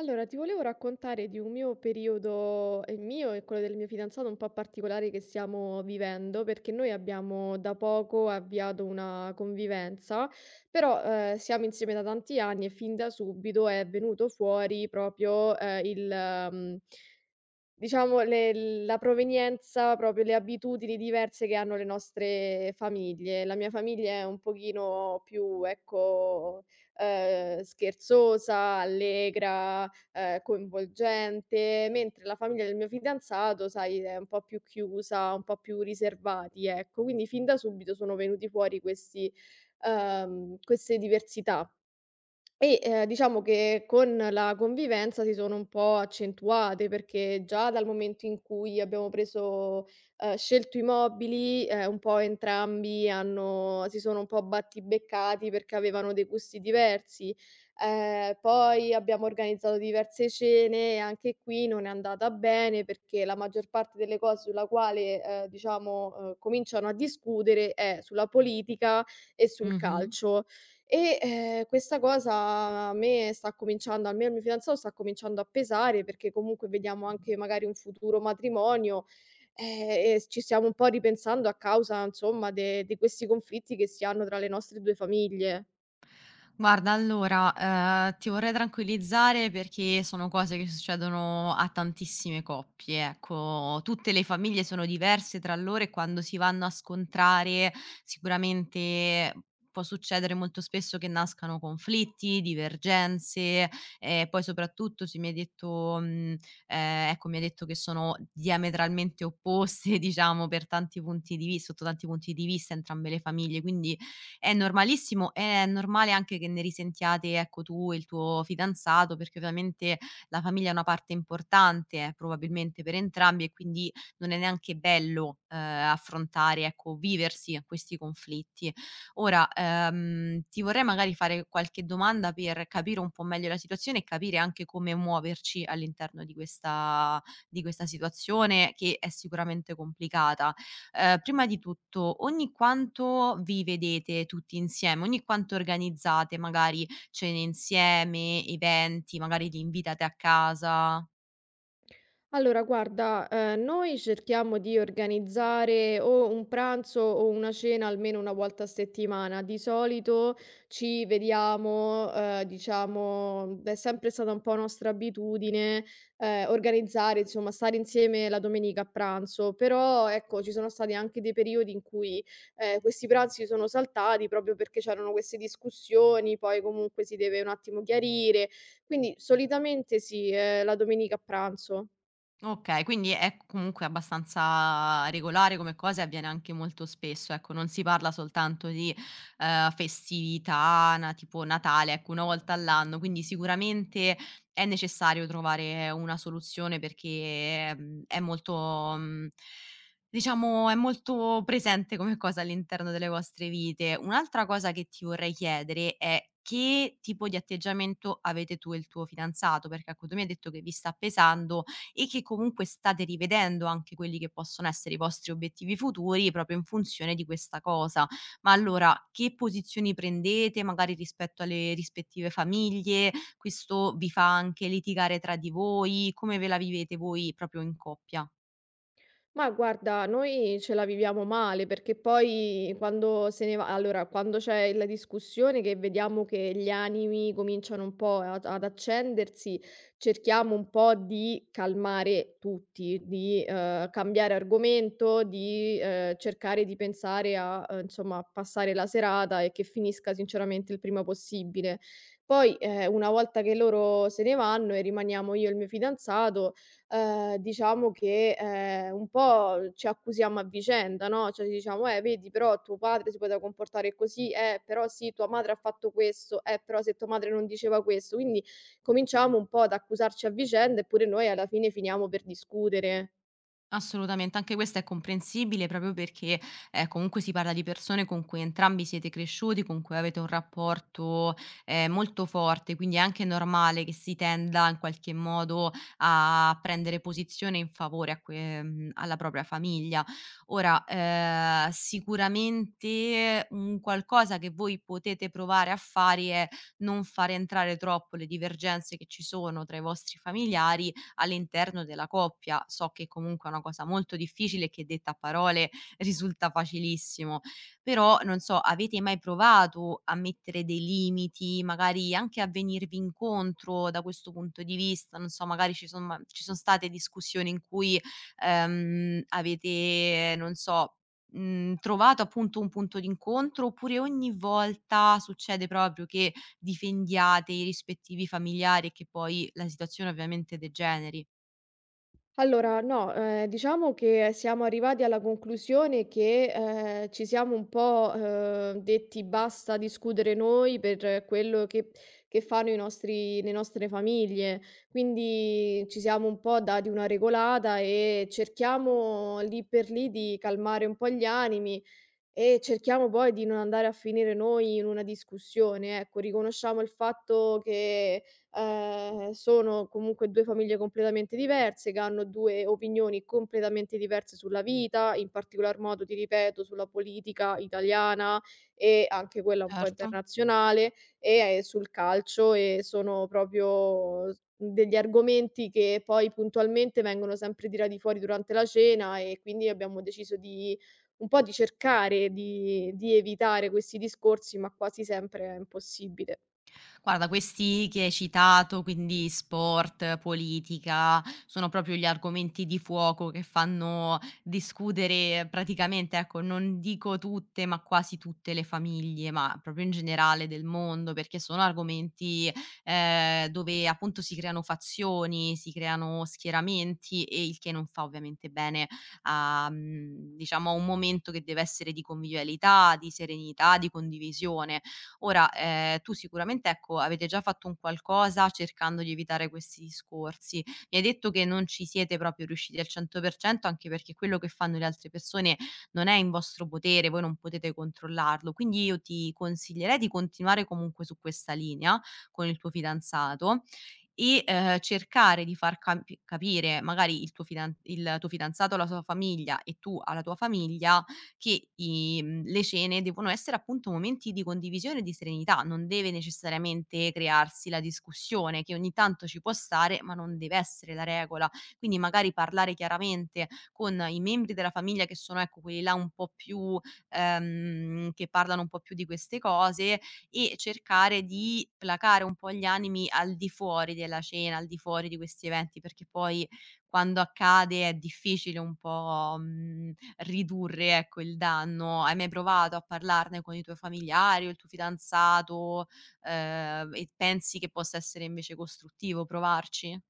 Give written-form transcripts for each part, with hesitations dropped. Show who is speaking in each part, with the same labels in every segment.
Speaker 1: Allora, ti volevo raccontare di un mio periodo, il mio e quello del mio fidanzato, un po' particolare che stiamo vivendo, perché noi abbiamo da poco avviato una convivenza, però siamo insieme da tanti anni e fin da subito è venuto fuori proprio il, Diciamo le la provenienza, proprio le abitudini diverse che hanno le nostre famiglie. La mia famiglia è un pochino più, ecco, scherzosa, allegra, coinvolgente, mentre la famiglia del mio fidanzato, sai, è un po' più chiusa, un po' più riservati, ecco. Quindi fin da subito sono venuti fuori questi queste diversità. Diciamo che con la convivenza si sono un po' accentuate, perché già dal momento in cui abbiamo preso scelto i mobili, un po' entrambi hanno si sono un po' battibeccati perché avevano dei gusti diversi. Poi abbiamo organizzato diverse cene e anche qui non è andata bene, perché la maggior parte delle cose sulla quale, cominciano a discutere è sulla politica e sul
Speaker 2: Mh-mh.
Speaker 1: calcio. Questa cosa a me sta cominciando, almeno al mio fidanzato sta cominciando a pesare, perché comunque vediamo anche magari un futuro matrimonio, ehm, e s ci stiamo un po' ripensando a causa, insomma, de di questi conflitti che si hanno tra le nostre 2 famiglie.
Speaker 2: Guarda allora, ti vorrei tranquillizzare perché sono cose che succedono a tantissime coppie, ecco. Tutte le famiglie sono diverse tra loro e quando si vanno a scontrare sicuramente può succedere molto spesso che nascano conflitti, divergenze e poi soprattutto se mi hai detto ecco mi hai detto che sono diametralmente opposte diciamo per tanti punti di vis sotto tanti punti di vista entrambe le famiglie, quindi è normalissimo, è normale anche che ne risentiate, ecco, tu e il tuo fidanzato, perché ovviamente la famiglia è una parte importante, probabilmente per entrambi e quindi non è neanche bello, affrontare, ecco, viversi questi conflitti. Ora, ti vorrei magari fare qualche domanda per capire un po' meglio la situazione e capire anche come muoverci all'interno di questa situazione che è sicuramente complicata. Prima di tutto, ogni quanto vi vedete tutti insieme? Ogni quanto organizzate magari cene insieme, eventi, magari li invitate a casa?
Speaker 1: Allora guarda, noi cerchiamo di organizzare o un pranzo o una cena almeno 1 volta a settimana. Di solito ci vediamo, diciamo è sempre stata un po' nostra abitudine, organizzare, insomma, stare insieme la domenica a pranzo, però ecco, ci sono stati anche dei periodi in cui, questi pranzi sono saltati proprio perché c'erano queste discussioni, poi comunque si deve un attimo chiarire. Quindi solitamente sì, la domenica a pranzo.
Speaker 2: Okay, quindi è comunque abbastanza regolare come cosa e avviene anche molto spesso, ecco, non si parla soltanto di, festività, na tipo Natale, ecco, una volta all'anno, quindi sicuramente è necessario trovare una soluzione perché, mhmm, è molto mhmm, diciamo è molto presente come cosa all'interno delle vostre vite. Un'altra cosa che ti vorrei chiedere è: che tipo di atteggiamento avete tu e il tuo fidanzato? Perché, ecco, tu mi hai detto che vi sta pesando, e che comunque state rivedendo anche quelli che possono essere i vostri obiettivi futuri proprio in funzione di questa cosa. Ma allora che posizioni prendete magari rispetto alle rispettive famiglie? Questo vi fa anche litigare tra di voi? Come ve la vivete voi proprio in coppia?
Speaker 1: Ma guarda, noi ce la viviamo male perché poi quando se ne va, allora quando c'è la discussione che vediamo che gli animi cominciano un po' ad accendersi, cerchiamo un po' di calmare tutti, di cambiare argomento, di cercare di pensare a, insomma, a passare la serata e che finisca sinceramente il prima possibile. Poi, una volta che loro se ne vanno e rimaniamo io e il mio fidanzato, diciamo che, un po' ci accusiamo a vicenda, no, cioè ci diciamo: vedi però tuo padre si poteva comportare così, però sì, tua madre ha fatto questo, però se tua madre non diceva questo", quindi cominciamo un po' ad accusarci a vicenda e pure noi alla fine finiamo per discutere.
Speaker 2: Assolutamente, anche questo è comprensibile proprio perché comunque si parla di persone con cui entrambi siete cresciuti, con cui avete un rapporto molto forte, quindi è anche normale che si tenda in qualche modo a prendere posizione in favore a alla propria famiglia. Ora, sicuramente un qualcosa che voi potete provare a fare è non far entrare troppo le divergenze che ci sono tra i vostri familiari all'interno della coppia. So che comunque è una cosa molto difficile che detta a parole risulta facilissimo, però non so, avete mai provato a mettere dei limiti, magari anche a venirvi incontro da questo punto di vista? Non so, magari ci son state discussioni in cui, avete, non so, mhmm, trovato appunto un punto d'incontro, oppure ogni volta succede proprio che difendiate i rispettivi familiari e che poi la situazione ovviamente degeneri.
Speaker 1: Allora, no, diciamo che siamo arrivati alla conclusione che, ci siamo un po', detti: "Basta discutere noi per quello che fanno i nostri le nostre famiglie". Quindi ci siamo un po' dati una regolata e cerchiamo lì per lì di calmare un po' gli animi e cerchiamo poi di non andare a finire noi in una discussione, ecco, riconosciamo il fatto che, sono comunque 2 famiglie completamente diverse, che hanno 2 opinioni completamente diverse sulla vita, in particolar modo, ti ripeto, sulla politica italiana e anche quella un po'
Speaker 2: Certo.
Speaker 1: internazionale, sul calcio, e sono proprio s degli argomenti che poi puntualmente vengono sempre tirati fuori durante la cena e quindi abbiamo deciso di un po' di cercare di evitare questi discorsi, ma quasi sempre è impossibile.
Speaker 2: Guarda, questi che hai citato, quindi sport, politica, sono proprio gli argomenti di fuoco che fanno discutere praticamente, ecco, non dico tutte, ma quasi tutte le famiglie, ma proprio in generale del mondo, perché sono argomenti dove appunto si creano fazioni, si creano schieramenti e il che non fa ovviamente bene a, mm, diciamo, a un momento che deve essere di convivialità, di serenità, di condivisione. Ora, tu sicuramente, ecco, avete già fatto un qualcosa cercando di evitare questi discorsi. Mi hai detto che non ci siete proprio riusciti al 100%, anche perché quello che fanno le altre persone non è in vostro potere, voi non potete controllarlo. Quindi io ti consiglierei di continuare comunque su questa linea con il tuo fidanzato e, cercare di far capire magari il tuo fidanzato alla sua famiglia e tu alla tua famiglia che le cene devono essere appunto momenti di condivisione e di serenità, non deve necessariamente crearsi la discussione che ogni tanto ci può stare, ma non deve essere la regola. Quindi magari parlare chiaramente con i membri della famiglia che sono, ecco, quelli là un po' più che parlano un po' più di queste cose e cercare di placare un po' gli animi al di fuori della cena, al di fuori di questi eventi, perché poi quando accade è difficile un po', mhmm, ridurre, ecco, il danno. Hai mai provato a parlarne con i tuoi familiari o il tuo fidanzato, e pensi che possa essere invece costruttivo provarci?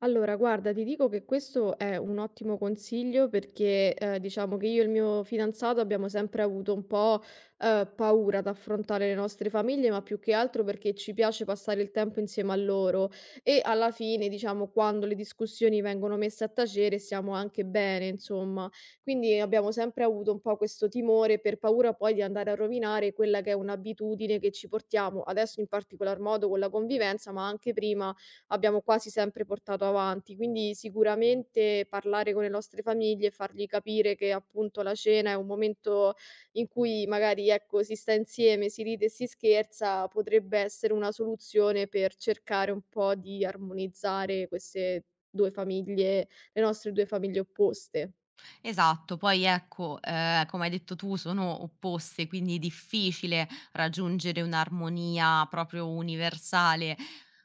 Speaker 1: Allora, guarda, ti dico che questo è un ottimo consiglio perché diciamo che io e il mio fidanzato abbiamo sempre avuto un po' paura ad affrontare le nostre famiglie, ma più che altro perché ci piace passare il tempo insieme a loro e alla fine, diciamo, quando le discussioni vengono messe a tacere, stiamo anche bene, insomma. Quindi abbiamo sempre avuto un po' questo timore per paura poi di andare a rovinare quella che è un'abitudine che ci portiamo adesso in particolar modo con la convivenza, ma anche prima abbiamo quasi sempre portato avanti. Quindi sicuramente parlare con le nostre famiglie e fargli capire che appunto la cena è un momento in cui magari ecco, si sta insieme, si ride e si scherza, potrebbe essere una soluzione per cercare un po' di armonizzare queste due famiglie, le nostre due famiglie opposte.
Speaker 2: Esatto, poi ecco, come hai detto tu sono opposte, quindi è difficile raggiungere un'armonia proprio universale,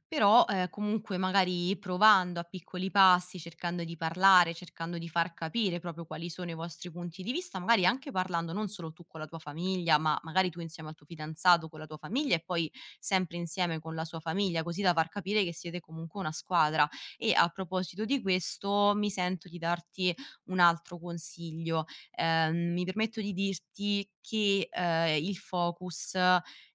Speaker 2: però, comunque magari provando a piccoli passi, cercando di parlare, cercando di far capire proprio quali sono i vostri punti di vista, magari anche parlando non solo tu con la tua famiglia, ma magari tu insieme al tuo fidanzato con la tua famiglia e poi sempre insieme con la sua famiglia, così da far capire che siete comunque una squadra. E a proposito di questo mi sento di darti un altro consiglio. Mi permetto di dirti che, il focus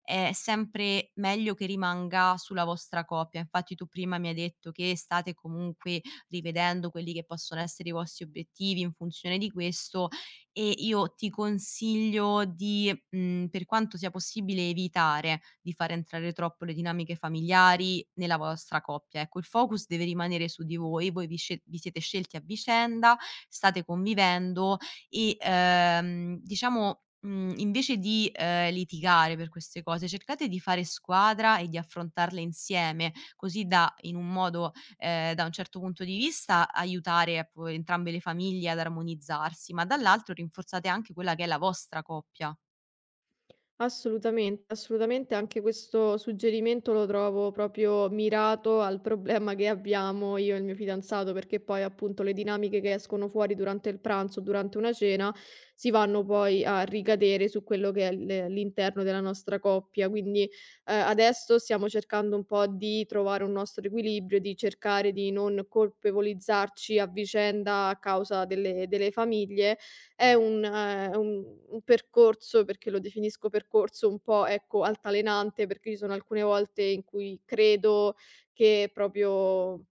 Speaker 2: è sempre meglio che rimanga sulla vostra coppia. Infatti tu prima mi hai detto che state comunque rivedendo quelli che possono essere i vostri obiettivi in funzione di questo e io ti consiglio di, mhmm, per quanto sia possibile, evitare di far entrare troppo le dinamiche familiari nella vostra coppia. Ecco, il focus deve rimanere su di voi, vi siete scelti a vicenda, state convivendo e, diciamo, mhmm, invece di, litigare per queste cose, cercate di fare squadra e di affrontarle insieme, così da in un modo da un certo punto di vista aiutare appu entrambe le famiglie ad armonizzarsi, ma dall'altro rinforzate anche quella che è la vostra coppia.
Speaker 1: Assolutamente, assolutamente anche questo suggerimento lo trovo proprio mirato al problema che abbiamo io e il mio fidanzato, perché poi appunto le dinamiche che escono fuori durante il pranzo, durante una cena, si vanno poi a ricadere su quello che è l'interno della nostra coppia. Quindi, adesso stiamo cercando un po' di trovare un nostro equilibrio, di cercare di non colpevolizzarci a vicenda a causa delle famiglie. È un percorso, perché lo definisco percorso, un po', ecco, altalenante, perché ci sono alcune volte in cui credo che proprio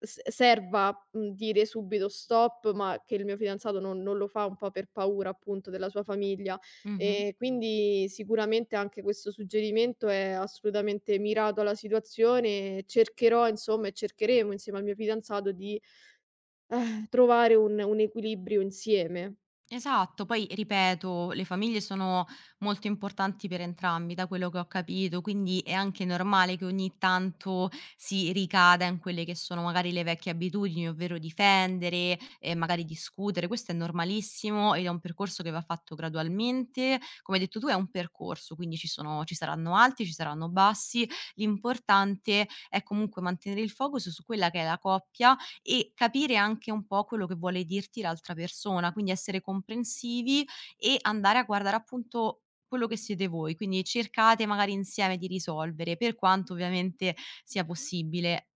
Speaker 1: s serva, mhmm, dire subito stop, ma che il mio fidanzato non lo fa un po' per paura, appunto, della sua famiglia.
Speaker 2: Mh-mh.
Speaker 1: Quindi sicuramente anche questo suggerimento è assolutamente mirato alla situazione e cercherò, insomma, e cercheremo insieme al mio fidanzato di trovare un equilibrio insieme.
Speaker 2: Esatto, poi ripeto, le famiglie sono molto importanti per entrambi, da quello che ho capito, quindi è anche normale che ogni tanto si ricada in quelle che sono magari le vecchie abitudini, ovvero difendere e magari discutere. Questo è normalissimo ed è un percorso che va fatto gradualmente. Come hai detto tu, è un percorso, quindi ci saranno alti, ci saranno bassi. L'importante è comunque mantenere il focus su quella che è la coppia e capire anche un po' quello che vuole dirti l'altra persona, quindi essere comprensivi e andare a guardare appunto quello che siete voi, quindi cercate magari insieme di risolvere, per quanto ovviamente sia possibile.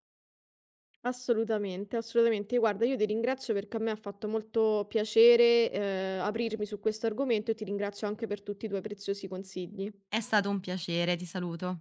Speaker 1: Assolutamente, assolutamente. Guarda, io ti ringrazio perché a me ha fatto molto piacere, aprirmi su questo argomento e ti ringrazio anche per tutti i tuoi preziosi consigli.
Speaker 2: È stato un piacere, ti saluto.